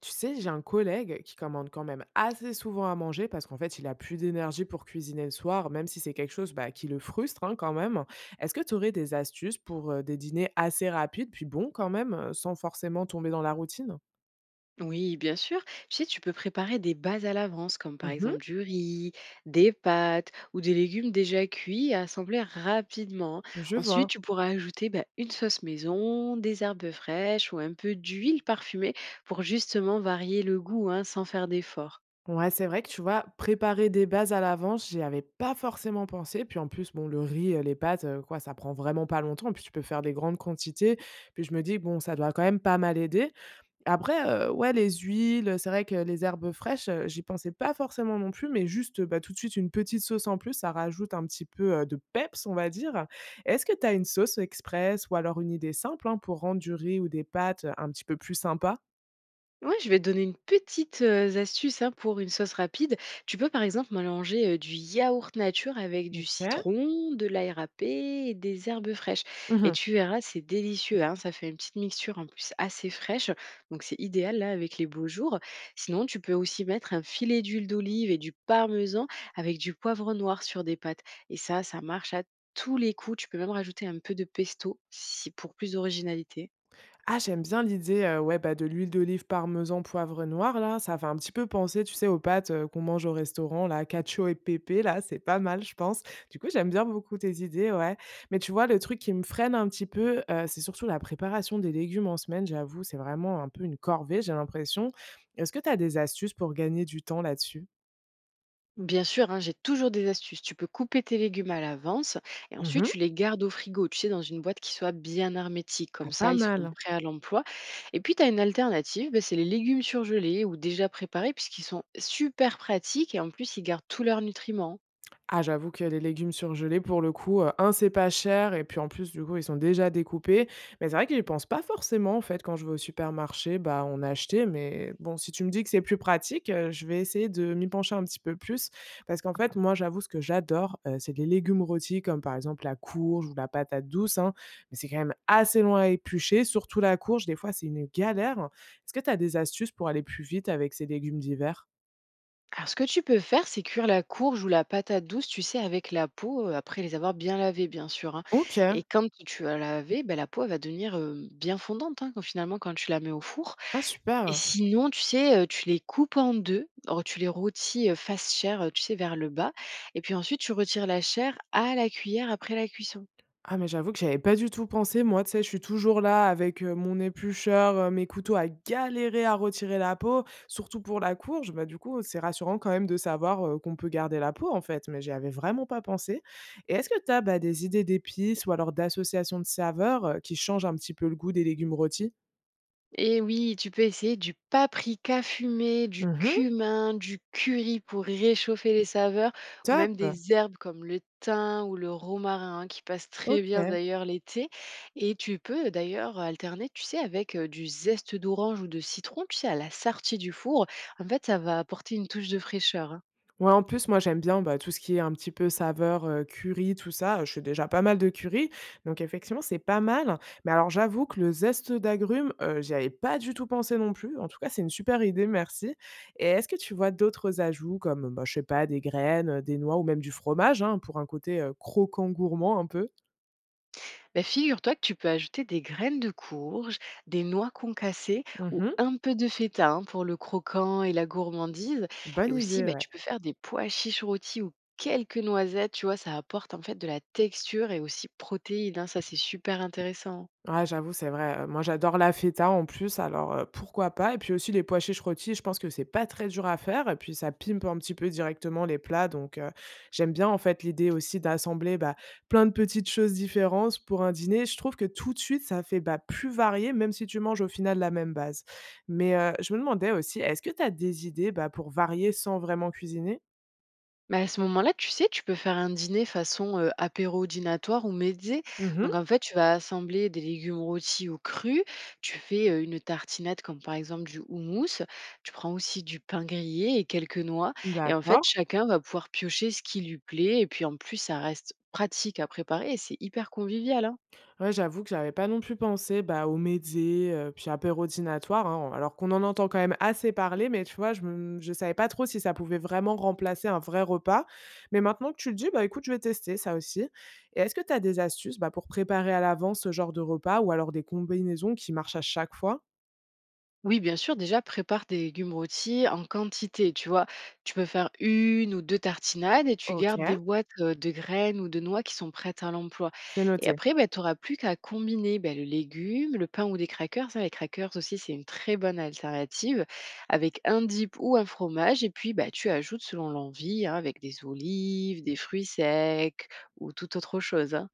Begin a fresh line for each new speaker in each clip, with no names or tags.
Tu sais, j'ai un collègue qui commande quand même assez souvent à manger parce qu'en fait, il a plus d'énergie pour cuisiner le soir, même si c'est quelque chose qui le frustre hein, quand même. Est-ce que tu aurais des astuces pour des dîners assez rapides, puis bon quand même, sans forcément tomber dans la routine?
Oui, bien sûr. Tu sais, tu peux préparer des bases à l'avance, comme par
Mhm,
exemple du riz, des pâtes ou des légumes déjà cuits à assembler rapidement. Hein.
je
Ensuite,
vois.
tu pourras ajouter une sauce maison, des herbes fraîches ou un peu d'huile parfumée pour justement varier le goût sans faire d'effort.
Ouais, c'est vrai que tu vois, préparer des bases à l'avance, j'y avais pas forcément pensé. Puis en plus, bon, le riz, les pâtes, quoi, ça prend vraiment pas longtemps. Puis tu peux faire des grandes quantités. Puis je me dis, bon, ça doit quand même pas mal aider. Après, ouais, les huiles, c'est vrai que les herbes fraîches, j'y pensais pas forcément non plus, mais juste, bah, tout de suite une petite sauce en plus, ça rajoute un petit peu, de peps, on va dire. Est-ce que tu as une sauce express ou alors une idée simple, hein, pour rendre du riz ou des pâtes, un petit peu plus sympa?
Ouais, je vais te donner une petite astuce, hein, pour une sauce rapide. Tu peux, par exemple, mélanger du yaourt nature avec du citron, de l'ail râpé et des herbes fraîches et
OK.
tu verras, c'est délicieux, hein. Ça fait une petite mixture, en plus, assez fraîche, donc c'est idéal, là, avec les beaux jours. Sinon, tu peux aussi mettre un filet d'huile d'olive et du parmesan avec du poivre noir sur des pâtes et ça marche à tous les coups. Tu peux même rajouter un peu de pesto si pour plus d'originalité.
Ah, j'aime bien l'idée, ouais, bah, de l'huile d'olive parmesan poivre noir là, ça fait un petit peu penser, tu sais, aux pâtes, qu'on mange au restaurant là, cacio et pepe là, c'est pas mal je pense. Du coup, j'aime bien beaucoup tes idées, ouais. Mais tu vois, le truc qui me freine un petit peu, c'est surtout la préparation des légumes en semaine, j'avoue, c'est vraiment un peu une corvée, j'ai l'impression. Est-ce que tu as des astuces pour gagner du temps là-dessus?
Bien sûr, hein, j'ai toujours des astuces. Tu peux couper tes légumes à l'avance et ensuite
Mmh.
tu les gardes au frigo, tu sais, dans une boîte qui soit bien hermétique.
Ah,
Comme ça,
pas
ils seront
mal.
prêts à l'emploi. Et puis, tu as une alternative, ben, c'est les légumes surgelés ou déjà préparés puisqu'ils sont super pratiques et en plus, ils gardent tous leurs nutriments.
Ah j'avoue que les légumes surgelés pour le coup, 1 c'est pas cher et puis en plus du coup ils sont déjà découpés. Mais c'est vrai que j'y pense pas forcément en fait quand je vais au supermarché, bah, en acheté. Mais bon si tu me dis que c'est plus pratique, je vais essayer de m'y pencher un petit peu plus. Parce qu'en fait moi j'avoue ce que j'adore, c'est les légumes rôtis comme par exemple la courge ou la patate douce, hein. Mais c'est quand même assez loin à éplucher, surtout la courge des fois c'est une galère. Est-ce que tu as des astuces pour aller plus vite avec ces légumes d'hiver?
Alors, ce que tu peux faire, c'est cuire la courge ou la patate douce, tu sais, avec la peau, après les avoir bien lavées, bien sûr. Hein.
OK.
Et quand tu as lavé, ben, la peau elle va devenir bien fondante finalement quand tu la mets au four.
Ah
Et
super!
sinon, tu sais, tu les coupes en 2, re tu les rôtis, face chair, tu sais, vers le bas et puis ensuite tu retires la chair à la cuillère après la cuisson.
Ah mais j'avoue que j'avais pas du tout pensé. Moi, tu sais, je suis toujours là avec, mon éplucheur, mes couteaux à galérer à retirer la peau, surtout pour la courge. Bah, du coup, c'est rassurant quand même de savoir, qu'on peut garder la peau, en fait, mais j'y avais vraiment pas pensé et est-ce que tu as, bah, des idées d'épices ou alors d'associations de saveurs, qui changent un petit peu le goût des légumes rôtis?
Et oui, tu peux essayer du paprika fumé, du
Mmh.
cumin, du curry pour réchauffer les saveurs ou
Top!
même des herbes comme le thym ou le romarin, hein, qui passent très bien
OK.
d'ailleurs l'été. Et tu peux d'ailleurs alterner, tu sais, avec du zeste d'orange ou de citron, tu sais, à la sortie du four. En fait, ça va apporter une touche de fraîcheur.
Ouais, en plus, moi, j'aime bien, bah, tout ce qui est un petit peu saveur, curry, tout ça. Je fais déjà pas mal de curry, donc effectivement, c'est pas mal. Mais alors, j'avoue que le zeste d'agrumes, j'y avais pas du tout pensé non plus. En tout cas, c'est une super idée, merci. Et est-ce que tu vois d'autres ajouts comme, bah, je sais pas, des graines, des noix ou même du fromage, hein, pour un côté, croquant gourmand un peu?
Bah, figure-toi que tu peux ajouter des graines de courge, des noix concassées ou
Mmh.
un peu de feta pour le croquant et la gourmandise. Et
Bonne
aussi,
idée,
bah,
ouais.
tu peux faire des pois chiches rôtis ou quelques noisettes. Tu vois, ça apporte en fait de la texture et aussi protéines. Hein. Ça, c'est super intéressant. Hein.
Ouais, j'avoue, c'est vrai. Moi, j'adore la feta en plus, alors, pourquoi pas? Et puis aussi les pois chiches rôtis, je pense que c'est pas très dur à faire et puis ça pimpe un petit peu directement les plats donc, j'aime bien en fait l'idée aussi d'assembler, bah, plein de petites choses différentes pour un dîner. Je trouve que tout de suite ça fait, bah, plus varié même si tu manges au final la même base. Mais, je me demandais aussi, est-ce que tu as des idées, bah, pour varier sans vraiment cuisiner?
Mais à ce moment-là, tu sais, tu peux faire un dîner façon apéro dînatoire ou mezze.
Mmh.
Donc en fait, tu vas assembler des légumes rôtis ou crus, tu fais une tartinade comme par exemple du houmous, tu prends aussi du pain grillé et quelques noix et en fait,
D'accord.
chacun va pouvoir piocher ce qui lui plaît et puis en plus, ça reste pratique à préparer et c'est hyper convivial, hein.
Ouais, j'avoue que j'avais pas non plus pensé, bah, aux médias, puis apéro dînatoire, hein, alors qu'on en entend quand même assez parler, mais tu vois, je savais pas trop si ça pouvait vraiment remplacer un vrai repas. Mais maintenant que tu le dis, bah, écoute, je vais tester ça aussi. Et est-ce que tu as des astuces, bah, pour préparer à l'avance ce genre de repas ou alors des combinaisons qui marchent à chaque fois?
Oui, bien sûr, déjà prépare des légumes rôtis en quantité, tu vois. Tu peux faire une ou deux tartinades et tu gardes des
OK,
boîtes de graines ou de noix qui sont prêtes à l'emploi.
c'est
Et
noté.
après, bah, tu n'auras plus qu'à combiner ben, le légume, le pain ou des crackers. Hein. Les crackers aussi, c'est une très bonne alternative avec un dip ou un fromage. Et puis, bah, tu ajoutes selon l'envie hein, avec des olives, des fruits secs ou toute autre chose. Hein.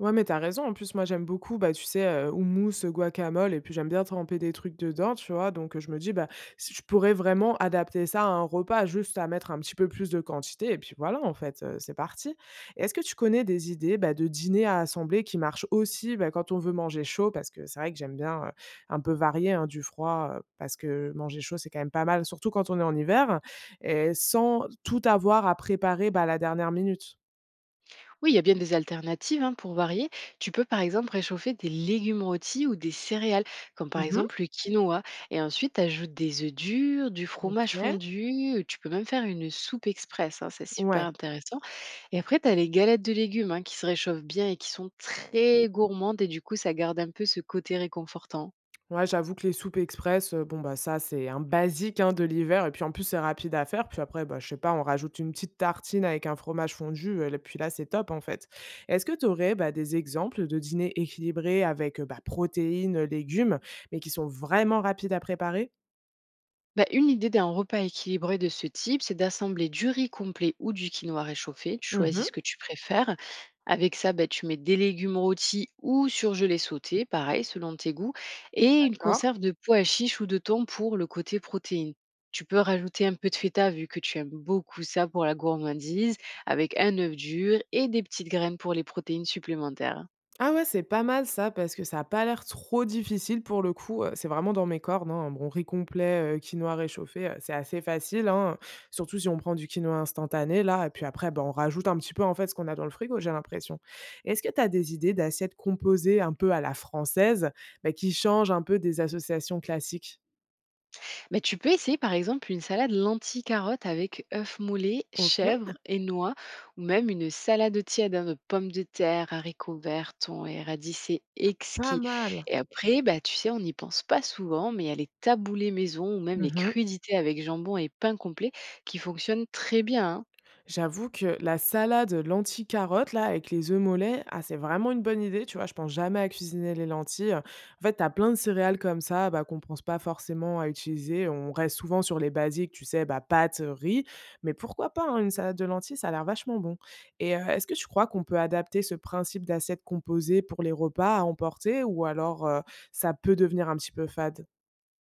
Ouais, mais t'as raison. En plus, moi, j'aime beaucoup, bah, tu sais, houmous, guacamole et puis j'aime bien tremper des trucs dedans, tu vois? Donc je me dis: «Bah, si je pourrais vraiment adapter ça à un repas, juste à mettre un petit peu plus de quantité» et puis voilà, en fait, c'est parti. Et est-ce que tu connais des idées, bah, de dîner à assembler qui marchent aussi, bah, quand on veut manger chaud? Parce que c'est vrai que j'aime bien, un peu varier, hein, du froid, parce que manger chaud, c'est quand même pas mal, surtout quand on est en hiver et sans tout avoir à préparer, bah, à la dernière minute.
Oui, il y a bien des alternatives hein, pour varier. Tu peux par exemple réchauffer des légumes rôtis ou des céréales, comme par
Mmh.
exemple le quinoa. Et ensuite, ajoute des œufs durs, du fromage
OK.
fondu. Tu peux même faire une soupe express, hein, c'est super
Ouais.
intéressant. Et après, tu as les galettes de légumes hein, qui se réchauffent bien et qui sont très gourmandes. Et du coup, ça garde un peu ce côté réconfortant.
Ouais, j'avoue que les soupes express, bon, bah, ça, c'est un basique, hein, de l'hiver et puis, en plus, c'est rapide à faire. Puis après, bah, je sais pas, on rajoute une petite tartine avec un fromage fondu, l puis là, c'est top, en fait. Est-ce que tu aurais, bah, des exemples de dîners équilibrés avec, bah, protéines, légumes, mais qui sont vraiment rapides à préparer?
Bah, une idée d'un repas équilibré de ce type, c'est d'assembler du riz complet ou du quinoa réchauffé. Tu choisis
Mmh.
ce que tu préfères. Avec ça, bah, tu mets des légumes rôtis ou surgelés sautés, pareil, selon tes goûts, et une
D'accord.
conserve de pois chiche ou de thon pour le côté protéines. Tu peux rajouter un peu de feta vu que tu aimes beaucoup ça pour la gourmandise, avec un œuf dur et des petites graines pour les protéines supplémentaires.
Ah ouais, c'est pas mal ça, parce que ça a pas l'air trop difficile pour le coup, c'est vraiment dans mes cordes, hein, un bon riz complet, quinoa réchauffé, c'est assez facile, hein, surtout si on prend du quinoa instantané là et puis après, ben on rajoute un petit peu, en fait, ce qu'on a dans le frigo, j'ai l'impression. Est-ce que tu as des idées d'assiettes composées un peu à la française, bah, qui changent un peu des associations classiques?
Mais tu peux essayer par exemple une salade lentilles carottes avec œufs mollets,
OK,
chèvre et noix, ou même une salade tiède hein, de pommes de terre, haricots verts, thon et radis, c'est
pas
exquis.
mal.
Et après, bah, tu sais, on n'y pense pas souvent, mais il y a les taboulés maison ou même les
Mmh.
crudités avec jambon et pain complet qui fonctionnent très bien. Hein.
J'avoue que la salade lentilles carottes là, avec les œufs mollets, ah c'est vraiment une bonne idée, tu vois? Je pense jamais à cuisiner les lentilles. En fait, tu as plein de céréales comme ça, bah, qu'on pense pas forcément à utiliser. On reste souvent sur les basiques, tu sais? Bah, pâtes, riz, mais pourquoi pas, hein, une salade de lentilles, ça a l'air vachement bon et est-ce que tu crois qu'on peut adapter ce principe d'assiette composée pour les repas à emporter ou alors, ça peut devenir un petit peu fade?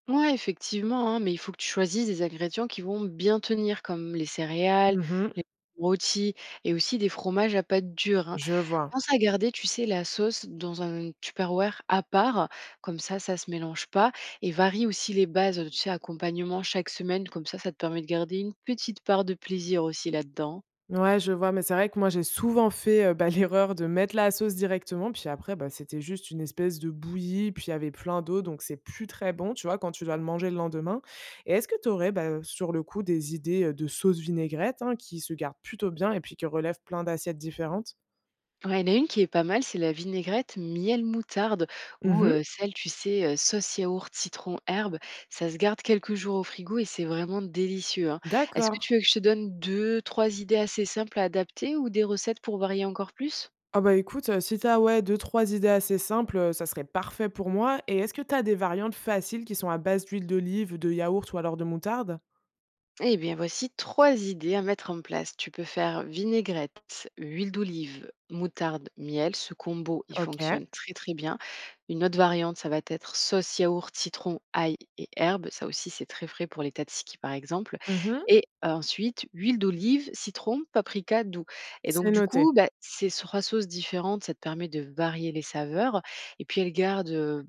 Ouais, effectivement, hein, mais il faut que tu choisisses des ingrédients qui vont bien tenir, comme les céréales,
Mhm,
les rôtis et aussi des fromages à pâte dure. Hein.
je vois.
Pense à garder, tu sais, la sauce dans un Tupperware à part, comme ça se mélange pas. Et varie aussi les bases, tu sais, accompagnement chaque semaine, comme ça te permet de garder une petite part de plaisir aussi là-dedans.
Ouais, je vois, mais c'est vrai que moi j'ai souvent fait, bah, l'erreur de mettre la sauce directement, puis après, bah, c'était juste une espèce de bouillie, puis il y avait plein d'eau, donc c'est plus très bon, tu vois, quand tu dois le manger le lendemain. Et est-ce que tu aurais, bah, sur le coup, des idées, de sauce vinaigrette, hein, qui se gardent plutôt bien et puis qui relèvent plein d'assiettes différentes?
Ouais, il y en a une qui est pas mal, c'est la vinaigrette miel moutarde ou
Mmh.
celle, tu sais, sauce yaourt citron herbe. Ça se garde quelques jours au frigo et c'est vraiment délicieux, hein. Est-ce que
D'accord.
tu veux que je te donne deux, trois idées assez simples à adapter ou des recettes pour varier encore plus?
Ah bah, écoute, si t'as ouais, deux trois idées assez simples, ça serait parfait pour moi. Et est-ce que t'as des variantes faciles qui sont à base d'huile d'olive, de yaourt ou alors de moutarde?
Eh bien, voici trois idées à mettre en place. Tu peux faire vinaigrette, huile d'olive, moutarde, miel. Ce combo, il
OK.
fonctionne très très bien. Une autre variante, ça va être sauce yaourt, citron, ail et herbes. Ça aussi, c'est très frais pour les tzatziki, par exemple.
Mhm.
Et ensuite, huile d'olive, citron, paprika doux. Et donc,
C'est
du
noté.
coup, bah, ces trois sauces différentes, ça te permet de varier les saveurs. Et puis, elles gardent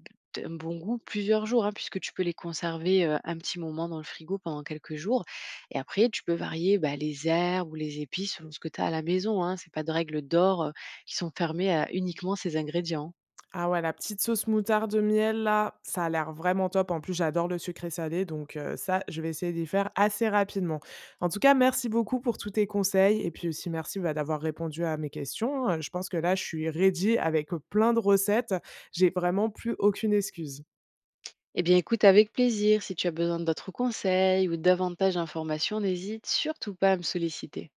un bon goût plusieurs jours, hein, puisque tu peux les conserver un petit moment dans le frigo pendant quelques jours. Et après, tu peux varier, bah, les herbes ou les épices selon ce que tu as à la maison, hein. C'est pas de règles d'or, qui sont fermées à uniquement ces ingrédients.
Ah ouais, la petite sauce moutarde miel là, ça a l'air vraiment top. En plus, j'adore le sucré salé, donc ça, je vais essayer d'y faire assez rapidement. En tout cas, merci beaucoup pour tous tes conseils et puis aussi merci, bah, d'avoir répondu à mes questions, hein. Je pense que là, je suis ready avec, plein de recettes. J'ai vraiment plus aucune excuse.
Eh bien, écoute avec plaisir. Si tu as besoin d'autres conseils ou davantage d'informations, n'hésite surtout pas à me solliciter.